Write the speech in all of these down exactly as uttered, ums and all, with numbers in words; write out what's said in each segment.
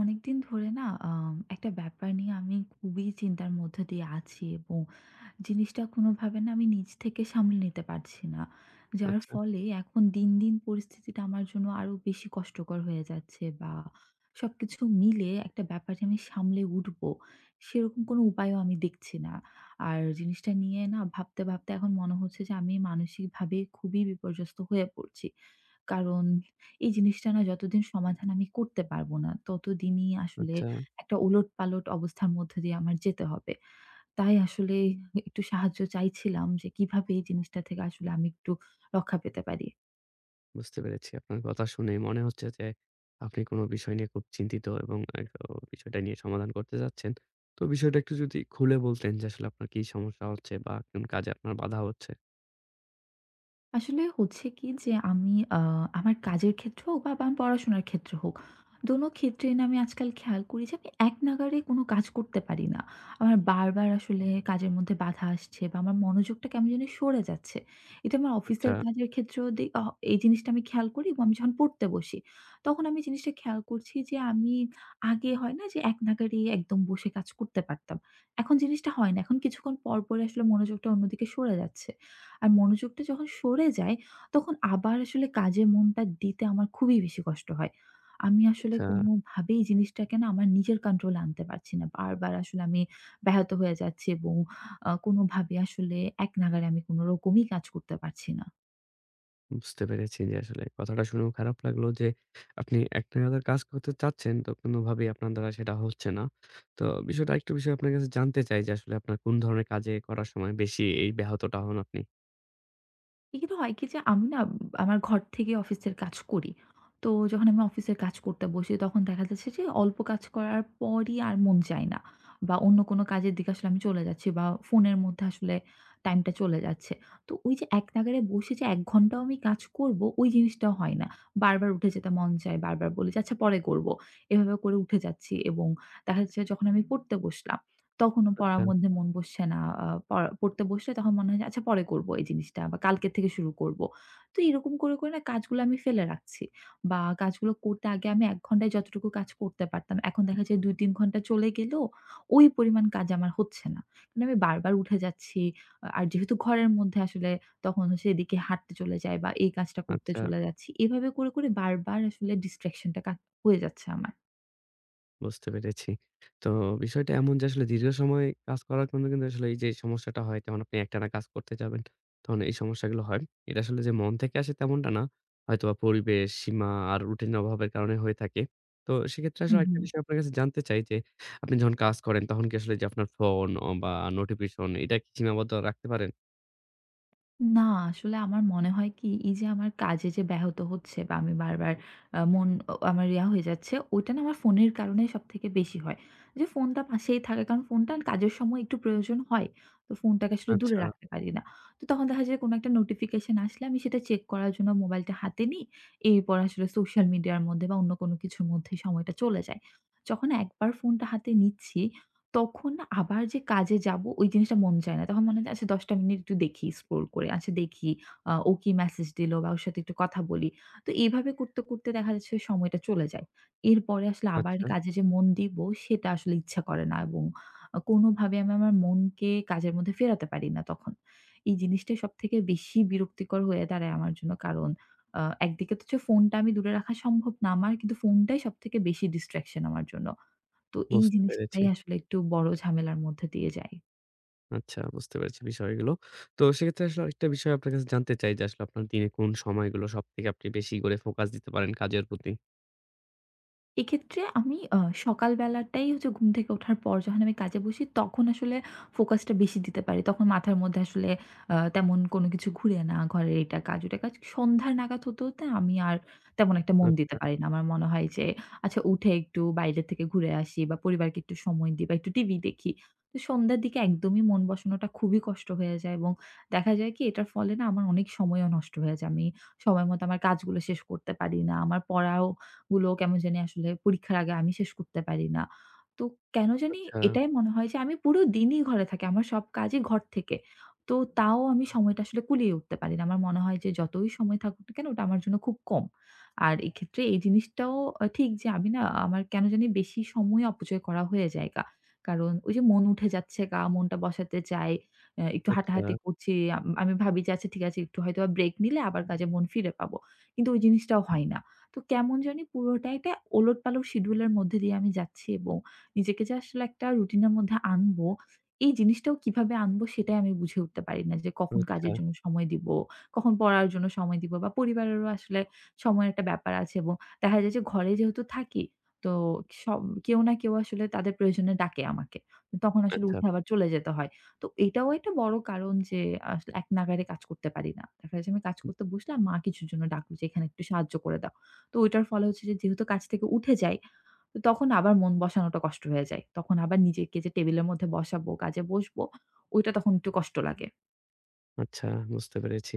অনেকদিন ধরে না আম একটা ব্যাপার নিয়ে আমি খুবই চিন্তার মধ্যে দিয়ে আছি এবং জিনিসটা কোনোভাবে না আমি নিজ থেকে সামলে নিতে পারছি না। যার আচ্ছা, ফলে এখন দিন, দিন পরিস্থিতিটা আমার জন্য আরো বেশি কষ্টকর হয়ে যাচ্ছে, বা সবকিছু মিলে একটা ব্যাপার যে আমি সামলে উঠবো, সেরকম কোনো উপায়ও আমি দেখছি না। আর জিনিসটা নিয়ে না ভাবতে, ভাবতে এখন মনে হচ্ছে যে আমি মানসিকভাবে খুবই বিপর্যস্ত হয়ে পড়ছি। কারণ এই জিনিসটা না যতদিন সমাধান আমি করতে পারব না, ততদিনই আসলে আচ্ছা। একটা উলটপালট অবস্থার মধ্যে দিয়ে আমার যেতে হবে। তাই আসলে একটু সাহায্য চাইছিলাম যে কিভাবে এই জিনিসটা থেকে আসলে আমি একটু রক্ষা পেতে পারি। বুঝতে পেরেছি। আপনার কথা শুনেই মনে হচ্ছে যে আপনি কোন বিষয় নিয়ে খুব চিন্তিত এবং এক অ বিষয়টা নিয়ে সমাধান করতে চাচ্ছেন। তো বিষয়টা একটু যদি খুলে বলতেন যে আসলে আপনার কি সমস্যা হচ্ছে বা কোন কাজে আপনার বাধা হচ্ছে? আসলে হচ্ছে কি যে আমি আ আমার কাজের ক্ষেত্রে হোক বা আমার পড়াশোনার ক্ষেত্রে হোক, দোনো ক্ষেত্রেই না আমি আজকাল খেয়াল করি যে আমি এক নাগাড়ে কোনো কাজ করতে পারি না। আমার বারবার আসলে কাজের মধ্যে বাধা আসছে বা আমার মনোযোগটা কেমন জানি সরে যাচ্ছে। এটা আমার আচ্ছা, অফিসের কাজের ক্ষেত্রেও দে অহ এই জিনিসটা আমি খেয়াল করি, এবং আমি যখন পড়তে বসি, তখন আমি জিনিসটা খেয়াল করছি যে আমি আগে হয় না যে এক নাগাড়ে একদম বসে কাজ করতে পারতাম। এখন জিনিসটা হয় না। এখন কিছুক্ষণ পরপরই আসলে মনোযোগটা অন্যদিকে সরে যাচ্ছে। আর মনোযোগটা যখন সরে যায়, তখন আবার আসলে কাজে মনটা দিতে আমার খুবই বেশি কষ্ট হয়। আমি আসলে আচ্ছা। কোনোভাবেই জিনিসটাকে না আমার নিজের কন্ট্রোলে আনতে পারছি না। বারবার আসলে আমি ব্যাহত হয়ে যাচ্ছি, এবং আ কোনোভাবে আসলে একনাগাড়ে আমি কোনরকমই কাজ করতে পারছি না। বুঝতে পেরেছি যে আসলে কথাটা শুনেও খারাপ লাগলো যে আপনি এক নাগাড়ে কাজ করতে চাচ্ছেন তো কোনভাবেই আপনার দ্বারা সেটা হচ্ছে না। তো বিষয়টা আরেকটু বিষয় আপনার কাছে জানতে চাই যে আসলে আপনার কোন ধরনের কাজে করার সময় বেশি এই ব্যাহতটা হন আপনি? এক্ষেত্রে হয় কি যে আমি না আমার ঘর থেকে অফিসের কাজ করি। তো যখন আমি অফিসের কাজ করতে বসি তখন দেখা যাচ্ছে যে অল্প কাজ করার পরই আর মন চায় না। বা অন্য কোনো কাজের দিকে আসলে আমি চলে যাচ্ছি বা ফোনের মধ্যে আসলে টাইমটা চলে যাচ্ছে। তো ওই যে এক নাগাড়ে বসে যে এক ঘন্টাও আমি কাজ করব ওই জিনিসটাও হয় না। বারবার উঠে যেতে মন চায়, বারবার বলি যে আচ্ছা পরে করব। এভাবে করে উঠে যাচ্ছি, এবং দেখা যাচ্ছে যখন আমি পড়তে বসলাম তখনও পড়ার আচ্ছা, মধ্যে মন বসছে না। আ পড়া পড়তে বসলে তখন মনে হয় যে, "আচ্ছা পরে করব এই জিনিসটা বা কালকের থেকে শুরু করব।" তো এরকম করে, করে না কাজগুলো আমি ফেলে রাখছি। বা কাজগুলো করতে আগে আমি এক ঘন্টায় যতটুকু কাজ করতে পারতাম, এখন দেখা যায় দুই তিন ঘন্টা চলে গেলেও ওই পরিমাণ কাজ আমার হচ্ছে না। মানে আমি বারবার উঠে যাচ্ছি। আ আর যেহেতু ঘরের মধ্যে আসলে তখন হচ্ছে এদিকে হাঁটতে চলে যাই বা এই কাজটা করতে আচ্ছা। চলে যাচ্ছি। এভাবে করে, করে বারবার আসলে ডিসট্রাকশন টা কাজ হয়ে যাচ্ছে আমার। বুঝতে পেরেছি। তো বিষয়টা এমন যে আসলে দীর্ঘ সময় কাজ করার কারণে কিন্তু আসলে এই যে সমস্যাটা হয়, যেমন আপনি একটানা কাজ করতে যাবেন, তখন এই সমস্যাগুলো হয়। এটা আসলে যে মন থেকে আসে তেমনটা না। হয়তোবা পরিবেশ, সীমা আর রুটিনের অভাবের কারণে হয়ে থাকে। তো সেক্ষেত্রে হুম, আসলে একটা হুম। বিষয় আপনার কাছে জানতে চাই যে, আপনি যখন কাজ করেন তখন কি আসলে যে আপনার ফোন অ বা নোটিফিকেশন এটা কি সীমাবদ্ধ রাখতে পারেন? না, আসলে আমার মনে হয় কি, এই যে আমার কাজে যে ব্যাহত হচ্ছে বা আমি বারবার আ মন অ আমার ইয়া হয়ে যাচ্ছে, ওইটা না আমার ফোনের কারণে সবথেকে বেশি হয়। যে ফোনটা পাশেই থাকে কারণ ফোনটা কাজের সময় একটু প্রয়োজন হয়। তো ফোনটাকে আসলে দূরে আচ্ছা, রাখতে পারি না। তো তখন দেখা যায় কোনো একটা নোটিফিকেশন আসলে আমি সেটা চেক করার জন্য মোবাইলটা হাতে নিই। এরপর আসলে সোশ্যাল মিডিয়ার মধ্যে বা অন্য কোনো কিছুর মধ্যে সময়টা চলে যায়। যখন একবার ফোনটা হাতে নিচ্ছি তখন আবার যে কাজে যাবো ওই জিনিসটা মন চায় না। তখন মনে হয় যে আচ্ছা দশ টা মিনিট একটু দেখি স্ক্রল করে। আচ্ছা দেখি আ ও কি মেসেজ দিলো বা ওর সাথে একটু কথা বলি। তো এভাবে করতে, করতে দেখা যাচ্ছে সময়টা চলে যায়। এরপরে আসলে আবার আচ্ছা কাজে যে মন দিব সেটা আসলে ইচ্ছা করে না, এবং আ কোনোভাবে আমি আমার মনকে কাজের মধ্যে ফেরাতে পারি না তখন। এই জিনিসটাই সবথেকে বেশি বিরক্তিকর হয়ে দাঁড়ায় আমার জন্য। কারণ আ একদিকে তো হচ্ছে ফোনটা আমি দূরে রাখা সম্ভব না আমার। কিন্তু ফোনটাই সবথেকে বেশি ডিস্ট্রাকশন আমার জন্য। তো এই বুঝতে পেরেছি। জিনিসটাই আসলে একটু বড় ঝামেলার মধ্যে দিয়ে যাই। আচ্ছা বুঝতে পেরেছি বিষয়গুলো। তো সেক্ষেত্রে আসলে আরেকটা বিষয় আপনার কাছে জানতে চাই যে আসলে আপনার দিনে কোন সময়গুলো সবথেকে আপনি বেশি করে ফোকাস দিতে পারেন কাজের প্রতি? এক্ষেত্রে আমি আ সকাল বেলাটাই হচ্ছে ঘুম থেকে ওঠার পর যখন আমি কাজে বসি, তখন আসলে ফোকাসটা বেশি দিতে পারি। তখন মাথার মধ্যে আসলে আ তেমন কোনো কিছু ঘুরে না। ঘরের এটা কাজ, ওটা কাজ। সন্ধ্যার নাগাদ হতে, হতে আমি আর তেমন একটা মন আচ্ছা, দিতে পারি না। আমার মনে হয় যে, আচ্ছা উঠে একটু বাইরে থেকে ঘুরে আসি বা পরিবারকে একটু সময় দিই বা একটু টিভি দেখি। তো সন্ধ্যার দিকে একদমই মন বসানোটা খুবই কষ্ট হয়ে যায়, এবং দেখা যায় কি এটার ফলে না আমার অনেক সময়ও নষ্ট হয়ে যায়। আমি সময়মতো আমার কাজগুলো শেষ করতে পারি না। আমার পড়াও গুলো কেমন জানি আসলে পরীক্ষার আগে আমি শেষ করতে পারি না। তো কেন জানি আচ্ছা, এটাই মনে হয় যে আমি পুরো দিনই ঘরে থাকি। আমার সব কাজই ঘর থেকে। তো তাও আমি সময়টা আসলে কুলিয়ে উঠতে পারি না। আমার মনে হয় যে যতই সময় থাকুক না কেন ওটা আমার জন্য খুব কম। আর এক্ষেত্রে এই জিনিসটাও আ ঠিক যে আমি না আমার কেন জানি বেশি সময় অপচয় করা হয়ে যায়গা। কারণ ওই যে মন উঠে যাচ্ছে গা, মনটা বসাতে চাই। অ্যা একটু আচ্ছা, হাঁটাহাঁটি করছি। আম আমি ভাবি যে আচ্ছা ঠিক আছে একটু হয়তোবা ব্রেক নিলে আবার কাজে মন ফিরে পাবো। কিন্তু ওই জিনিসটাও হয় না। তো কেমন জানি পুরোটাই তে ওলটপালট শিডিউলের মধ্যে দিয়ে আমি যাচ্ছি, এবং নিজেকে যে আসলে একটা রুটিনের মধ্যে আনবো, এই জিনিসটাও কিভাবে আনবো সেটাই আমি বুঝে উঠতে পারি না যে কখন আচ্ছা, কাজের জন্য সময় দিব, কখন পড়ার জন্য সময় দিব বা পরিবারেরও আসলে সময়ের একটা ব্যাপার আছে, এবং দেখা যায় যে ঘরে যেহেতু থাকি, তো সব কেউ না কেউ আসলে তাদের প্রয়োজনে ডাকে আমাকে। তো তখন আসলে আচ্ছা। উঠে আবার চলে যেতে হয়। তো এটাও একটা বড় কারণ যে আসলে এক নাগাড়ে কাজ করতে পারি না। দেখা যাচ্ছে আমি কাজ করতে বসলাম, মা কিছুর জন্য ডাকলো যে, "এখানে একটু সাহায্য করে দাও।" তো ওইটার ফলে হচ্ছে যে যেহেতু কাজ থেকে উঠে যাই, তো তখন আবার মন বসানোটা কষ্ট হয়ে যায়। তখন আবার নিজেকে যে টেবিলের মধ্যে বসাবো, কাজে বসবো, ওইটা তখন একটু কষ্ট লাগে। আচ্ছা, বুঝতে পেরেছি।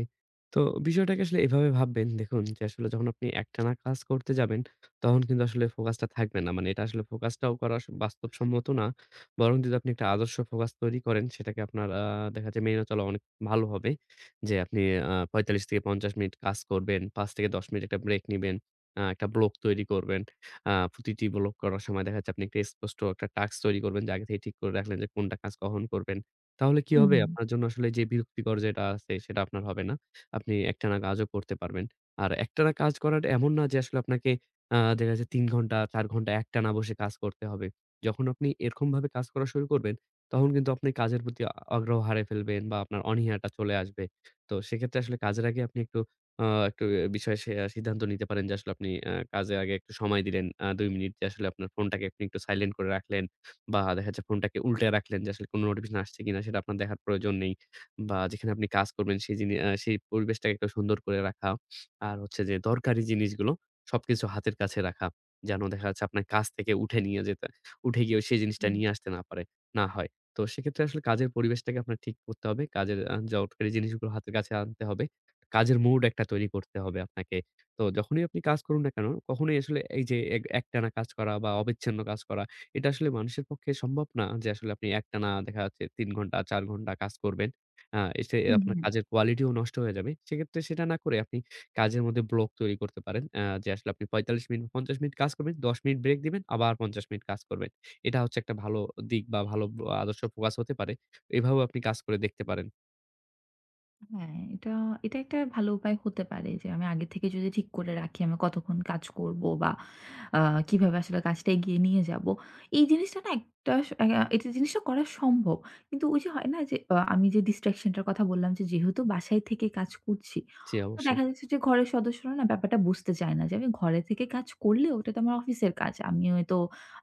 তো বিষয়টাকে আসলে এভাবে ভাববেন দেখুন যে আসলে যখন আপনি একটানা কাজ করতে যাবেন, তখন কিন্তু আসলে ফোকাসটা থাকবে না। মানে এটা আসলে ফোকাসটাও করা স বাস্তবসম্মত না। বরং যদি আপনি একটা আদর্শ ফোকাস তৈরি করেন সেটাকে আপনার আ দেখা যায় মেনে চলা অনেক ভালো হবে। যে আপনি আ পঁয়তাল্লিশ থেকে পঞ্চাশ মিনিট কাজ করবেন, পাঁচ থেকে দশ মিনিট একটা ব্রেক নিবেন। আ একটা ব্লক তৈরি করবেন। আ প্রতিটি ব্লক করার সময় দেখা যাচ্ছে আপনি একটা স্পষ্ট একটা টাস্ক তৈরি করবেন যে আগে থেকে ঠিক করে রাখলেন যে কোনটা কাজ কখন করবেন। তাহলে কি হুম, হবে? হুম, আপনার জন্য আসলে যে বিরক্তিকর যেটা আছে সেটা আপনার হবে না। আপনি একটানা কাজও করতে পারবেন। আর একটানা কাজ করাটা এমন না যে আসলে আপনাকে আ দেখা যাচ্ছে তিন ঘন্টা চার ঘন্টা একটানা বসে কাজ করতে হবে। যখন আপনি এরকমভাবে কাজ করা শুরু করবেন, তখন কিন্তু আপনি কাজের প্রতি আ আগ্রহ হারিয়ে ফেলবেন বা আপনার অনীহাটা চলে আসবে। তো সেক্ষেত্রে আসলে কাজের আগে আপনি একটু আ একটু এ বিষয়ে সে সিদ্ধান্ত নিতে পারেন যে আসলে আপনি আ কাজের আগে একটু সময় দিলেন। আ দুই মিনিট যে আসলে আপনার ফোনটাকে আপনি একটু সাইলেন্ট করে রাখলেন। বা দেখা যাচ্ছে ফোনটাকে উল্টে রাখলেন যে আসলে কোনো নোটিফিকেশন আসছে কিনা সেটা আপনার দেখার প্রয়োজন নেই। বা যেখানে আপনি কাজ করবেন সেই জিনি আ সেই পরিবেশটাকে একটু সুন্দর করে রাখা। আর হচ্ছে যে দরকারি জিনিসগুলো সবকিছু হাতের কাছে রাখা। যেন দেখা যাচ্ছে আপনার কাজ থেকে উঠে নিয়ে যেতে উঠে গিয়েও সেই জিনিসটা হুম, নিয়ে আসতে না পারে না হয়। তো সেক্ষেত্রে আসলে কাজের পরিবেশটাকে আপনার ঠিক করতে হবে। কাজের আ দরকারি জিনিসগুলো হাতের কাছে আনতে হবে। কাজের মুড একটা তৈরি করতে হবে আপনাকে। তো যখনই আপনি কাজ করুন না কেন, কখনোই আসলে এই যে এক একটানা কাজ করা বা অবিচ্ছিন্ন কাজ করা এটা আসলে মানুষের পক্ষে সম্ভব না যে আসলে আপনি একটানা দেখা যাচ্ছে তিন ঘন্টা চার ঘন্টা কাজ করবেন। আ এসে হুম, আপনার হুম। কাজের কোয়ালিটিও নষ্ট হয়ে যাবে। সেক্ষেত্রে সেটা না করে আপনি কাজের মধ্যে ব্লক তৈরি করতে পারেন। আ যে আসলে আপনি পঁয়তাল্লিশ মিনিট পঞ্চাশ মিনিট কাজ করবেন, দশ মিনিট ব্রেক দিবেন, আবার পঞ্চাশ মিনিট কাজ করবেন। এটা হচ্ছে একটা ভালো দিক বা ভালো ব আদর্শ ফোকাস হতে পারে। এভাবেও আপনি কাজ করে দেখতে পারেন। হ্যাঁ, এটা এটা একটা ভালো উপায় হতে পারে যে আমি আগে থেকে যদি ঠিক করে রাখি আমি কতক্ষণ কাজ করব বা আ কিভাবে আসলে কাজটা এগিয়ে নিয়ে যাব। এই জিনিসটা না একটা আ এটা জিনিসটা করা সম্ভব। কিন্তু ওই যে হয় না যে আ আমি যে distraction টার কথা বললাম যে যেহেতু বাসায় থেকে কাজ করছি, জি, তো অবশ্যই। দেখা যাচ্ছে যে ঘরের সদস্যরা না ব্যাপারটা বুঝতে চায় না যে আমি ঘরে থেকে কাজ করলেও ওটা তো আমার অফিসের কাজ। আমি হয়তো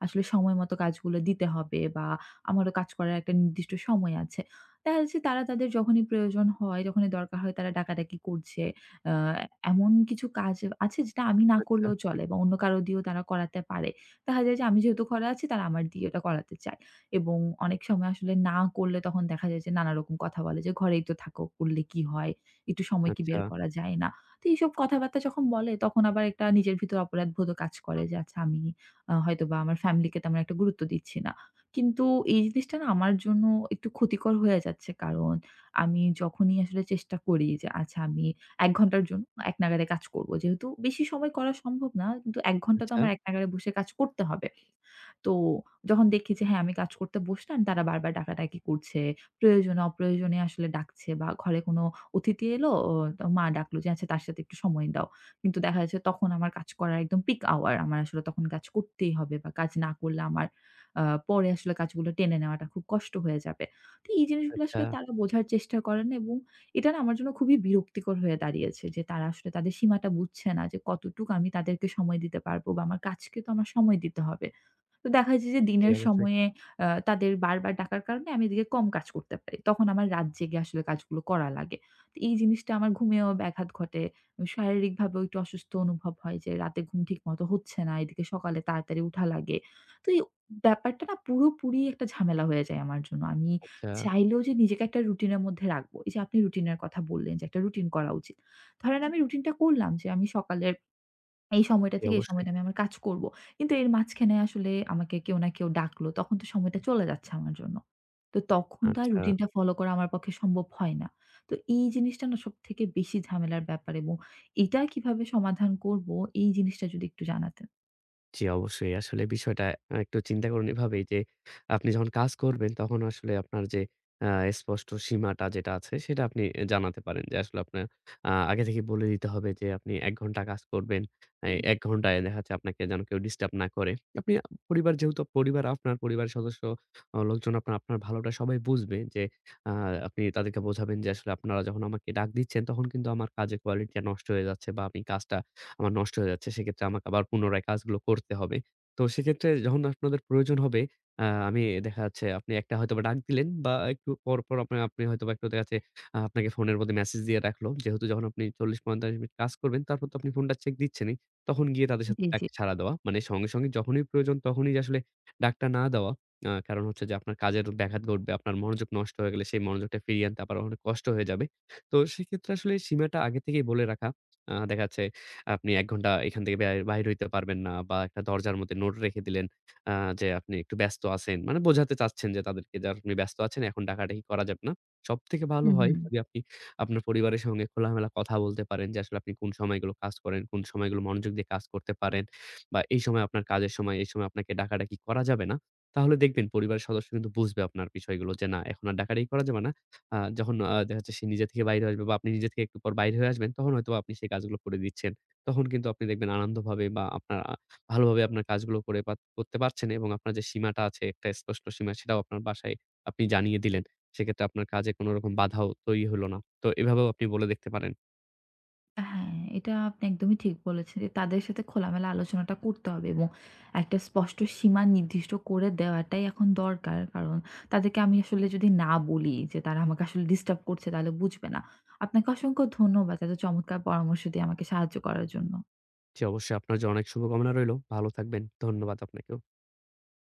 আসলে সময় মতো কাজগুলো দিতে হবে বা আমারও কাজ করার একটা নির্দিষ্ট সময় আছে। দেখা যাচ্ছে তারা তাদের যখনই প্রয়োজন হয়, যখনই দরকার হয় তারা ডাকাডাকি করছে। আ এমন কিছু কাজ আছে যেটা আমি না আচ্ছা, করলেও চলে বা অন্য কারো দিয়েও তারা করাতে পারে। দেখা যায় যে আমি যেহেতু করা আছে তারা আমার দিয়ে ওটা করাতে চায়। এবং অনেক সময় আসলে না করলে তখন দেখা যায় যে নানারকম কথা বলে যে, "ঘরেই তো থাকো, করলে কি হয়? একটু সময় কি আচ্ছা, বের করা যায় না?" তো এইসব কথাবার্তা যখন বলে তখন আবার একটা নিজের ভিতর অপরাধবোধও কাজ করে যে, "আচ্ছা আমি আ হয়তোবা আমার ফ্যামিলিকে তেমন একটা গুরুত্ব দিচ্ছি না।" কিন্তু এই জিনিসটা না আমার জন্য একটু ক্ষতিকর হয়ে যাচ্ছে। কারণ আমি যখনই আসলে চেষ্টা করি যে আচ্ছা আমি এক ঘন্টার জন্য এক নাগাড়ে কাজ করব। যেহেতু বেশি সময় করা সম্ভব না। কিন্তু এক ঘন্টা তো আচ্ছা, আমার এক নাগাড়ে বসে কাজ করতে হবে। তো যখন দেখি যে হ্যাঁ, আমি কাজ করতে বসলাম, তারা বারবার ডাকাডাকি করছে। প্রয়োজনে অপ্রয়োজনে আসলে ডাকছে বা ঘরে কোনো অতিথি এলো, ও তো মা ডাকলো যে, "আচ্ছা তার সাথে একটু সময় দাও।" কিন্তু দেখা যাচ্ছে তখন আমার কাজ করার একদম পিক আওয়ার। আমার আসলে তখন কাজ করতেই হবে বা কাজ না করলে আমার আ পরে আসলে কাজগুলো টেনে নেওয়াটা খুব কষ্ট হয়ে যাবে। তো এই জিনিসগুলো আচ্ছা। আসলে তারা বোঝার চেষ্টা করে না, এবং এটা না আমার জন্য খুবই বিরক্তিকর হয়ে দাঁড়িয়েছে যে তারা আসলে তাদের সীমাটা বুঝছে না যে কতটুকু আমি তাদেরকে সময় দিতে পারবো বা আমার কাজকে তো আমার সময় দিতে হবে। তো দেখা যায় যে জি, দিনের অবশ্যই। সময়ে আ তাদের বারবার ডাকার কারণে আমি এদিকে কম কাজ করতে পারি। তখন আমার রাত জেগে আসলে কাজগুলো করা লাগে। তো এই জিনিসটা আমার ঘুমেও ব্যাঘাত ঘটে। আমি শারীরিকভাবেও একটু অসুস্থ অনুভব হয় যে রাতে ঘুম ঠিকমতো হচ্ছে না। এদিকে সকালে তাড়াতাড়ি উঠা লাগে। তো এই ব্যাপারটা না পুরোপুরি একটা ঝামেলা হয়ে যায় আমার জন্য। আমি আচ্ছা, চাইলেও যে নিজেকে একটা রুটিনের মধ্যে রাখবো। এই যে আপনি রুটিনের কথা বললেন যে একটা রুটিন করা উচিত। ধরেন আমি রুটিনটা করলাম যে আমি সকালে এই সময়টা জি, থেকে এই অবশ্যই। সময়টা আমি আমার কাজ করব। কিন্তু এর মাঝখানে আসলে আমাকে কেউ না কেউ ডাকলো। তখন তো সময়টা চলে যাচ্ছে আমার জন্য। তো তখন তো আর আচ্ছা। রুটিনটা ফলো করা আমার পক্ষে সম্ভব হয় না। তো এই জিনিসটা না সবথেকে বেশি ঝামেলার ব্যাপার, এবং এটা কিভাবে সমাধান করব এই জিনিসটা যদি একটু জানাতেন। জি, অবশ্যই। আসলে বিষয়টা আ একটু চিন্তা করুন এভাবেই যে, আপনি যখন কাজ করবেন তখন আসলে আপনার যে আ স্পষ্ট সীমাটা যেটা আছে সেটা আপনি এ জানাতে পারেন যে, আসলে আপনার আ আগে থেকে বলে দিতে হবে যে, আপনি এক ঘন্টা কাজ করবেন। এই এক ঘন্টায় দেখা যাচ্ছে আপনাকে যেন কেউ ডিস্টার্ব না করে। আপনি আ পরিবার যেহেতু পরিবার আপনার পরিবারের সদস্য অ লোকজন আপনার, আপনার ভালোটা সবাই বুঝবে যে, আ আপনি তাদেরকে বোঝাবেন যে, আসলে আপনারা যখন আমাকে ডাক দিচ্ছেন তখন কিন্তু আমার কাজের কোয়ালিটিটা নষ্ট হয়ে যাচ্ছে বা আমি কাজটা আমার নষ্ট হয়ে যাচ্ছে। সেক্ষেত্রে আমাকে আবার পুনরায় কাজগুলো করতে হবে। তো সেক্ষেত্রে যখন আপনাদের প্রয়োজন হবে, আ আমি দেখা যাচ্ছে আপনি একটা হয়তোবা ডাক দিলেন বা একটু পর, পর আপনা আপনি হয়তোবা একটু দেখা যাচ্ছে আ আপনাকে ফোনের মধ্যে মেসেজ দিয়ে রাখলো। যেহেতু যখন আপনি চল্লিশ পঁয়তাল্লিশ মিনিট কাজ করবেন, তারপর তো আপনি ফোনটা চেক দিচ্ছেনই। তখন গিয়ে তাদের সাথে জি, এক জি। সাড়া দেওয়া। মানে সঙ্গে, সঙ্গে যখনই প্রয়োজন তখনই যে আসলে ডাকটা না দেওয়া। আ কারণ হচ্ছে যে আপনার কাজের ব্যাঘাত ঘটবে। আপনার মনোযোগ নষ্ট হয়ে গেলে সেই মনোযোগটা ফিরিয়ে আনতে আবার অনেক কষ্ট হয়ে যাবে। তো সেক্ষেত্রে আসলে সীমাটা আগে থেকেই বলে রাখা। আ দেখা যাচ্ছে আপনি এক ঘন্টা এখান থেকে বের বাহির হইতে পারবেন না বা একটা দরজার মধ্যে নোট রেখে দিলেন আ যে আপনি একটু ব্যস্ত আছেন। মানে বোঝাতে চাচ্ছেন যে তাদেরকে যে আপনি ব্যস্ত আছেন এখন ডাকাডাকি করা যাবে না। সবথেকে ভালো হুম, হয় হুম। যদি আপনি আপনার পরিবারের সঙ্গে খোলামেলা কথা বলতে পারেন যে আসলে আপনি কোন সময়গুলো কাজ করেন, কোন সময়গুলো মনোযোগ দিয়ে কাজ করতে পারেন বা এই সময় আপনার কাজের সময়, এই সময় আপনাকে ডাকাডাকি করা যাবে না। তাহলে দেখবেন পরিবারের সদস্য কিন্তু বুঝবে আপনার বিষয়গুলো যে না এখন আর ডাকাডাকি করা যাবে না। আ যখন আ দেখা যাচ্ছে সে নিজে থেকে বাইরে আসবে বা আপনি নিজে থেকে একটু পর বাইরে হয়ে আসবেন তখন হয়তোবা আপনি সেই কাজগুলো করে দিচ্ছেন। তখন কিন্তু আপনি দেখবেন আনন্দভাবে বা আপনার আ ভালোভাবে আপনার কাজগুলো করে পা করতে পারছেন এবং আপনার যে সীমাটা আছে একটা স্পষ্ট সীমা সেটাও আপনার বাসায় আপনি জানিয়ে দিলেন। সেক্ষেত্রে আপনার কাজে কোনো রকম বাধাও তৈরি হলো না। তো এভাবেও আপনি বলে দেখতে পারেন। হ্যাঁ, এটা আপনি একদমই ঠিক বলেছেন যে তাদের সাথে খোলামেলা আলোচনাটা করতে হবে, এবং একটা স্পষ্ট সীমা নির্দিষ্ট করে দেওয়াটাই এখন দরকার। কারণ তাদেরকে আমি আসলে যদি না বলি যে তারা আমাকে আসলে ডিস্টার্ব করছে তাহলে বুঝবে না। আপনাকে অসংখ্য ধন্যবাদ এত চমৎকার পরামর্শ দিয়ে আমাকে সাহায্য করার জন্য। জি, অবশ্যই আপনার জন্য অনেক শুভকামনা রইলো। ভালো থাকবেন। ধন্যবাদ আপনাকেও।